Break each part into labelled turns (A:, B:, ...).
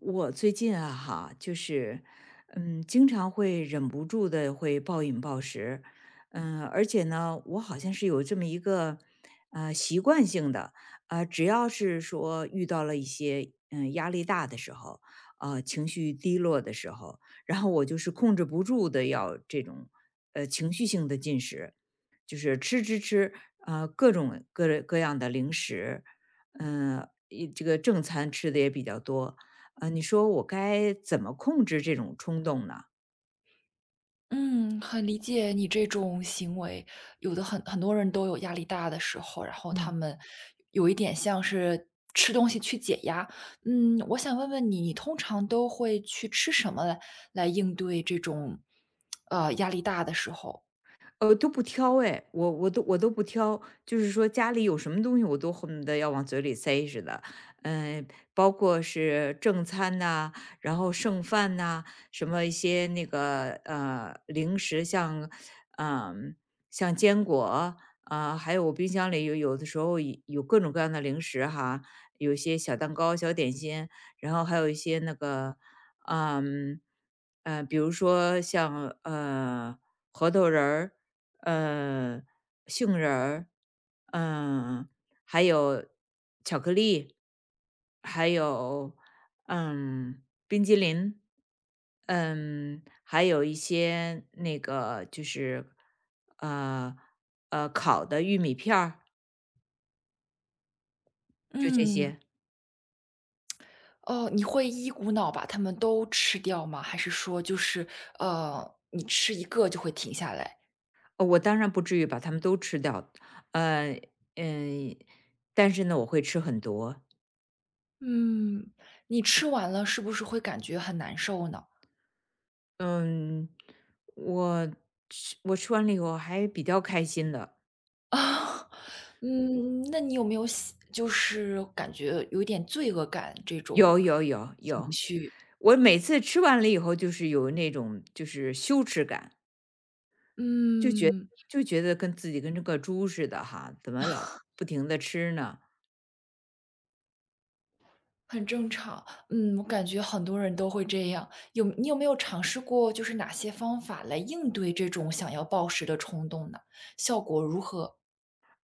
A: 我最近啊，哈，就是，经常会忍不住的会暴饮暴食。而且呢，我好像是有这么一个，习惯性的，只要是说遇到了一些，压力大的时候，情绪低落的时候，然后我就是控制不住的要这种，情绪性的进食，就是吃吃吃，各种各样的零食。这个正餐吃的也比较多。啊，你说我该怎么控制这种冲动呢？
B: 嗯，很理解你这种行为，有的很多人都有压力大的时候，然后他
A: 嗯，
B: 们有一点像是吃东西去解压。嗯，我想问问你，你通常都会去吃什么来应对这种压力大的时候？
A: 都不挑哎，我都不挑，就是说家里有什么东西我都恨不得要往嘴里塞似的。嗯、包括是正餐呐、然后剩饭呐、什么一些那个零食像，嗯、像坚果啊、还有我冰箱里有的时候有各种各样的零食哈，有一些小蛋糕、小点心，然后还有一些那个，嗯、比如说像核桃仁儿，呃，杏仁儿，嗯，还有巧克力，还有嗯冰激凌，还有一些那个就是呃烤的玉米片儿，就这
B: 嗯，
A: 些。
B: 哦，你会一股脑把它们都吃掉吗？还是说就是你吃一个就会停下来？
A: 我当然不至于把它们都吃掉。呃嗯，但是呢，我会吃很多。
B: 嗯，你吃完了是不是会感觉很难受呢？
A: 嗯，我我吃完了以后还比较开心的。
B: 啊，嗯，那你有没有就是感觉有一点罪恶感这种？
A: 有有有有，我每次吃完了以后，就是有那种就是羞耻感。就觉
B: 嗯，
A: 就觉得跟自己跟这个猪似的哈，怎么老不停的吃呢？
B: 很正常。嗯，我感觉很多人都会这样。你有没有尝试过，就是哪些方法来应对这种想要暴食的冲动呢？效果如何？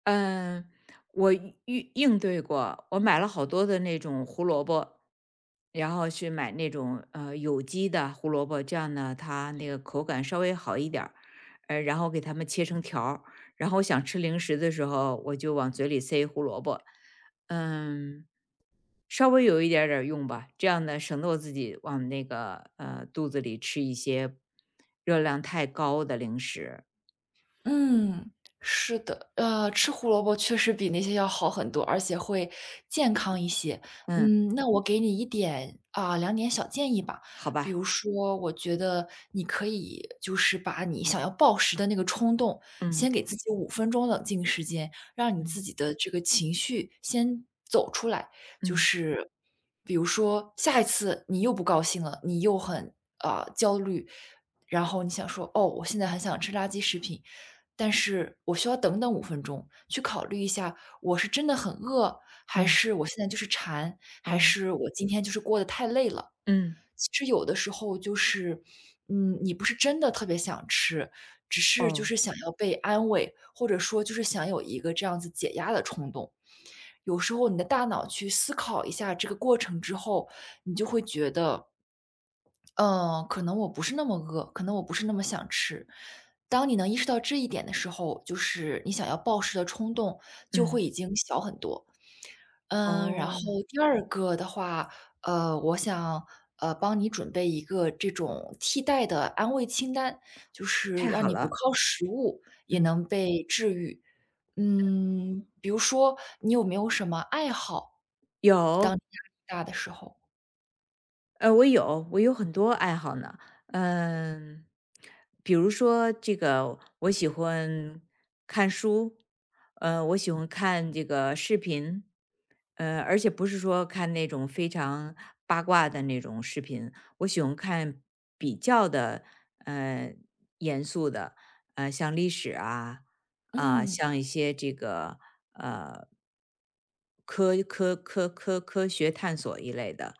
A: 嗯，我应对过，我买了好多的那种胡萝卜，然后去买那种有机的胡萝卜，这样呢，它那个口感稍微好一点儿。然后给它们切成条儿，然后我想吃零食的时候，我就往嘴里塞胡萝卜。嗯，稍微有一点儿用吧，这样呢，省得我自己往那个肚子里吃一些热量太高的零食。
B: 嗯，是的，吃胡萝卜确实比那些要好很多，而且会健康一些。
A: 嗯，
B: 嗯，那我给你一点啊两点小建议吧。
A: 好
B: 比
A: 吧。
B: 如说，我觉得你可以就是把你想要暴食的那个冲动，
A: 嗯
B: 先给自己五分钟冷静时间，让你自
A: 嗯
B: 己的这个情绪先走出来。就
A: 嗯
B: 是比如说，下一次你又不高兴了，你又很，啊，焦虑，然后你想说，哦，我现在很想吃垃圾食品，但是我需要等等五分钟，去考虑一下，我是真的很饿，还
A: 嗯。
B: 是我现在就是馋，还
A: 嗯，
B: 是我今天就是过得太累了。
A: 嗯，
B: 其实有的时候就是，嗯，你不是真的特别想吃，只是就
A: 哦，
B: 是想要被安慰，或者说就是想有一个这样子解压的冲动。有时候你的大脑去思考一下这个过程之后，你就会觉得嗯，可能我不是那么饿，可能我不是那么想吃。当你能意识到这一点的时候，就是你想要暴食的冲动就
A: 嗯。
B: 会已经小很多。嗯，然后
A: 哦，
B: 第二个的话，我想帮你准备一个这种替代的安慰清单，就是
A: 太
B: 让
A: 好
B: 你不
A: 了，
B: 靠食物也
A: 嗯。
B: 能被治愈。嗯，比如说你有没有什么爱好？当
A: 有，
B: 你压力大的时候，
A: 我有很多爱好呢。嗯，比如说这个，我喜欢看书，我喜欢看这个视频，而且不是说看那种非常八卦的那种视频，我喜欢看比较的，呃，严肃的，像历史啊，啊、
B: 嗯
A: 像一些这个科学探索一类的。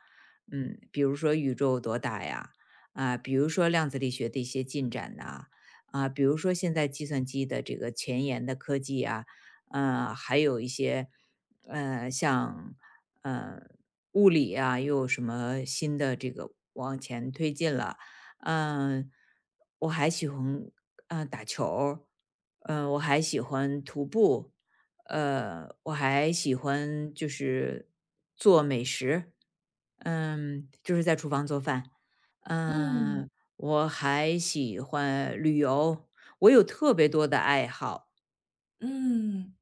A: 比如说宇宙有多大呀，啊，比如说量子力学的一些进展呐、啊，比如说现在计算机的这个前沿的科技啊，还有一些像呃物理啊，又有什么新的这个往前推进了。嗯、我还喜欢打球儿。我还喜欢徒步，我还喜欢就是做美食，嗯，就是在厨房做饭。
B: 嗯
A: 嗯。我还喜欢旅游，我有特别多的爱好。
B: 嗯。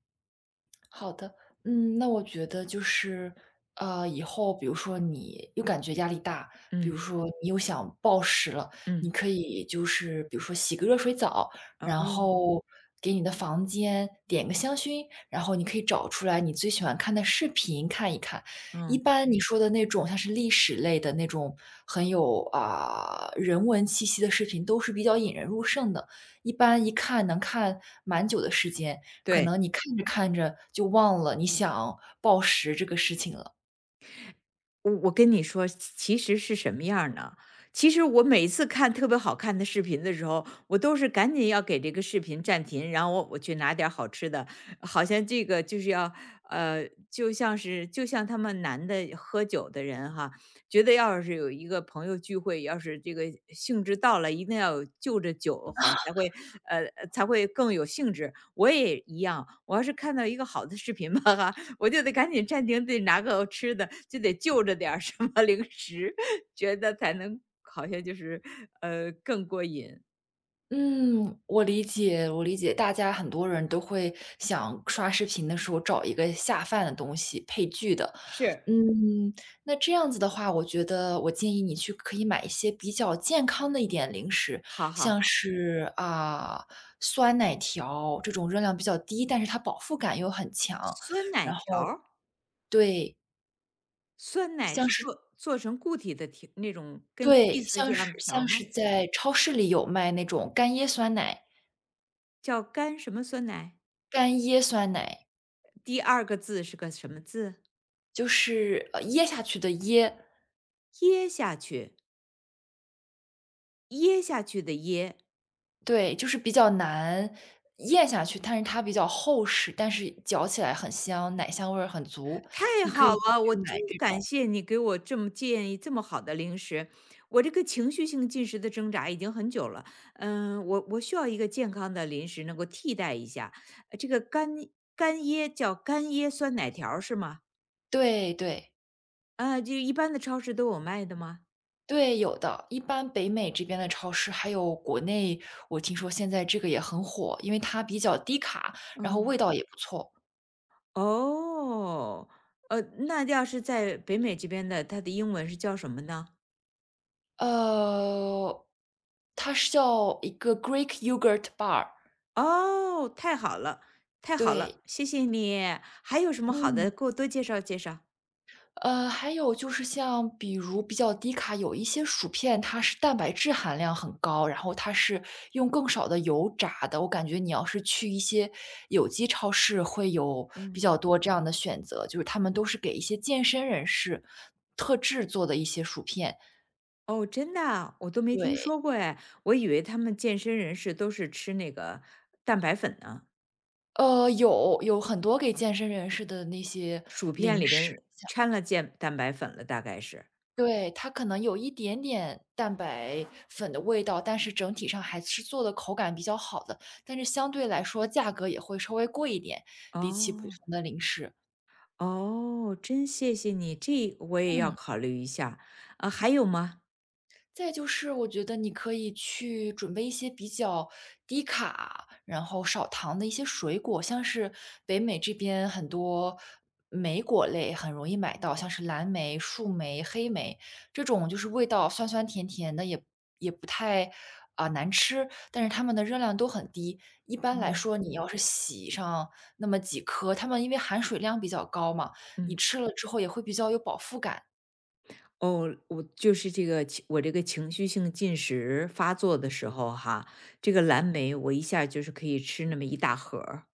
B: 好的，嗯，那我觉得就是，以后比如说你又感觉压力大，比
A: 嗯
B: 如说你又想暴食了，你
A: 嗯，
B: 可以就是比如说洗个热水澡，
A: 然
B: 然
A: 后
B: 后给你的房间点个香薰，然后你可以找出来你最喜欢看的视频看一看。一
A: 嗯，
B: 般你说的那种像是历史类的那种很有啊、人文气息的视频，都是比较引人入胜的，一般一看能看蛮久的时间。可
A: 对。
B: 能你看着看着就忘了你想暴食这个事情了。
A: 我跟你说，其实是什么样儿呢？其实我每次看特别好看的视频的时候，我都是赶紧要给这个视频暂停，然后我去拿点儿好吃的，好像这个就是要，呃，就像他们男的喝酒的人哈，觉得要是有一个朋友聚会，要是这个兴致到了，一定要有就着酒好呃才会更有兴致。我也一样，我要是看到一个好的视频吧哈，我就得赶紧暂停，得拿个吃的，就得就着点儿什么零食，觉得才能好像就是更过瘾。
B: 嗯，我理解，我理解，大家很多人都会想刷视频的时候找一个下饭的东西配剧的。
A: 是，
B: 嗯，那这样子的话，我觉得我建议你去可以买一些比较健康的一点零食，
A: 好好
B: 像
A: 好。
B: 是啊、酸奶条这种热量比较低，但是它饱腹感又很强。
A: 酸奶
B: 然后
A: 条儿？
B: 对，
A: 酸奶
B: 像
A: 是
B: 是
A: 做成固体的条，那种跟
B: 对，
A: cheese 一
B: 像是
A: 样的条儿
B: 像是
A: 吗？
B: 在超市里有卖那种干椰酸奶，
A: 叫干什么酸奶？
B: 干椰酸奶
A: 第二个字是个什么字？
B: 就是，噎下去的椰，
A: 噎下去，噎下去的噎。
B: 对，就是比较难咽下去，但是它比较厚实，但是嚼起来很香，奶香味儿很足，
A: 太
B: 你可
A: 好
B: 以
A: 了，
B: 去
A: 我
B: 买
A: 真的
B: 这
A: 感
B: 种。
A: 谢你给我这么建议，这么好的零食。我这个情绪性进食的挣扎已经很久了。我需要一个健康的零食能够替代一下。这个干椰叫干椰酸奶条儿是吗？
B: 对对，
A: 啊，就一般的超市都有卖的吗？
B: 对，有的，一般北美这边的超市，还有国内，我听说现在这个也很火，因为它比较低卡，然后
A: 嗯。
B: 味道也不错。
A: 哦，那要是在北美这边的，它的英文是叫什么呢？
B: 呃，它是叫一个 Greek yogurt bar,
A: 哦，太好了，太好了，
B: 对，
A: 谢谢你。还有什么好
B: 嗯，
A: 的，给我多介绍介绍。
B: 还有就是像比较低卡，有一些薯片它是蛋白质含量很高，然后它是用更少的油炸的，我感觉你要是去一些有机超市会有比
A: 嗯。
B: 较多这样的选择，就是他们都是给一些健身人士特制做的一些薯片，
A: 哦，真的啊我都没听
B: 对。
A: 说过哎。我以为他们健身人士都是吃那个蛋白粉呢，
B: 有很多给健身人士的那些
A: 薯片
B: 零
A: 里
B: 食。
A: 边掺了健蛋白粉了，大概是。
B: 对，它可能有一点点蛋白粉的味道，但是整体上还是做的口感比较好的，但是相对来说价格也会稍微贵一点，比起普
A: 哦
B: 通的零食。
A: 哦，真谢谢你，这我也要
B: 嗯。
A: 考虑一下。啊，还有吗？
B: 再就是我觉得你可以去准备一些比较低卡，然后少糖的一些水果，像是北美这边很多莓果类很容易买到，像是蓝莓、树莓、黑莓这种，就是味道酸酸甜甜的，也不太啊、难吃，但是它们的热量都很低。一般来
A: 嗯
B: 说，你要是洗上那么几颗，它们因为含水量比较高嘛，你
A: 嗯。
B: 吃了之后也会比较有饱腹感。
A: 哦，我就是这个情我这个情绪性进食发作的时候哈，这个蓝莓我一下就是可以吃那么一大盒儿。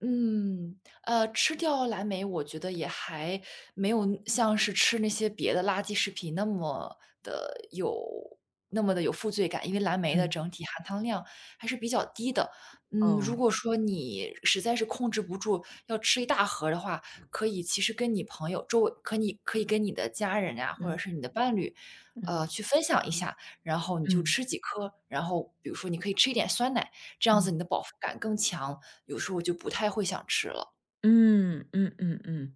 B: 嗯，吃掉蓝莓，我觉得也还没有像是吃那些别的垃圾食品那么的有负罪感，因为蓝莓的
A: 嗯，
B: 整体含糖量还是比较低的。嗯，如
A: 哦，
B: 果说你实在是控制不住要吃一大盒的话，可以其实跟你朋友周围，你可以跟你的家人啊，或者
A: 嗯
B: 是你的伴侣，
A: 嗯
B: 去分享一下，然后你就
A: 嗯
B: 吃几颗，然后比如说你可以吃一点酸奶，这样子
A: 嗯。
B: 你的饱腹感更强。有时候我就不太会想吃了。
A: 嗯嗯嗯嗯，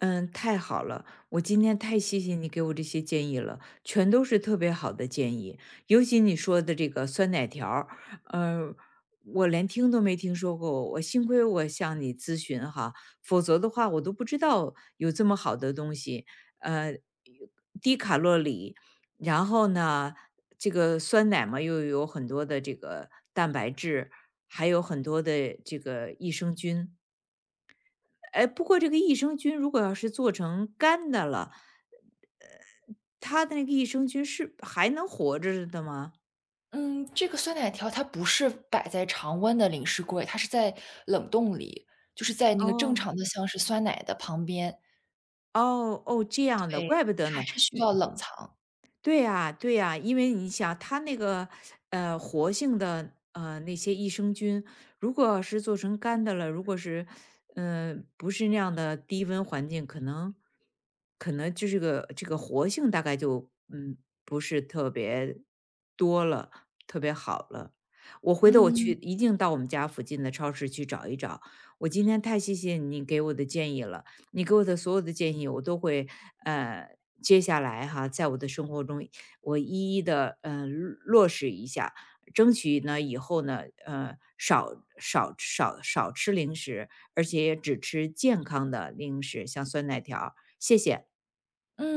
A: 嗯，太好了！我今天太谢谢你给我这些建议了，全都是特别好的建议。尤其你说的这个酸奶条儿，呃，我连听都没听说过。我幸亏我向你咨询哈，否则的话我都不知道有这么好的东西。呃，低卡路里，然后呢，这个酸奶嘛又有很多的这个蛋白质，还有很多的这个益生菌。哎，不过这个益生菌如果要是做成干的了，呃，它的那个益生菌是还能活着的吗？
B: 嗯，这个酸奶条它不是摆在常温的零食柜，它是在冷冻里，就是在那个正
A: 哦。
B: 常的像是酸奶的旁边，
A: 哦，哦，这样的，怪不得
B: 它还
A: 呢。
B: 是需要冷藏。
A: 对呀，对呀，因为你想，它那个活性的那些益生菌，如果是做成干的了，如果是不是那样的低温环境，可能就是个这个活性大概就不是特别多了，特别好了。我回头我去
B: 嗯，
A: 一定到我们家附近的超市去找一找。我今天太谢谢你给我的建议了，你给我的所有的建议，我都会呃，接下来哈，在我的生活中，我一一的落实一下，争取呢以后呢，少吃零食，而且也只吃健康的零食，像酸奶条儿。谢谢。
B: 嗯。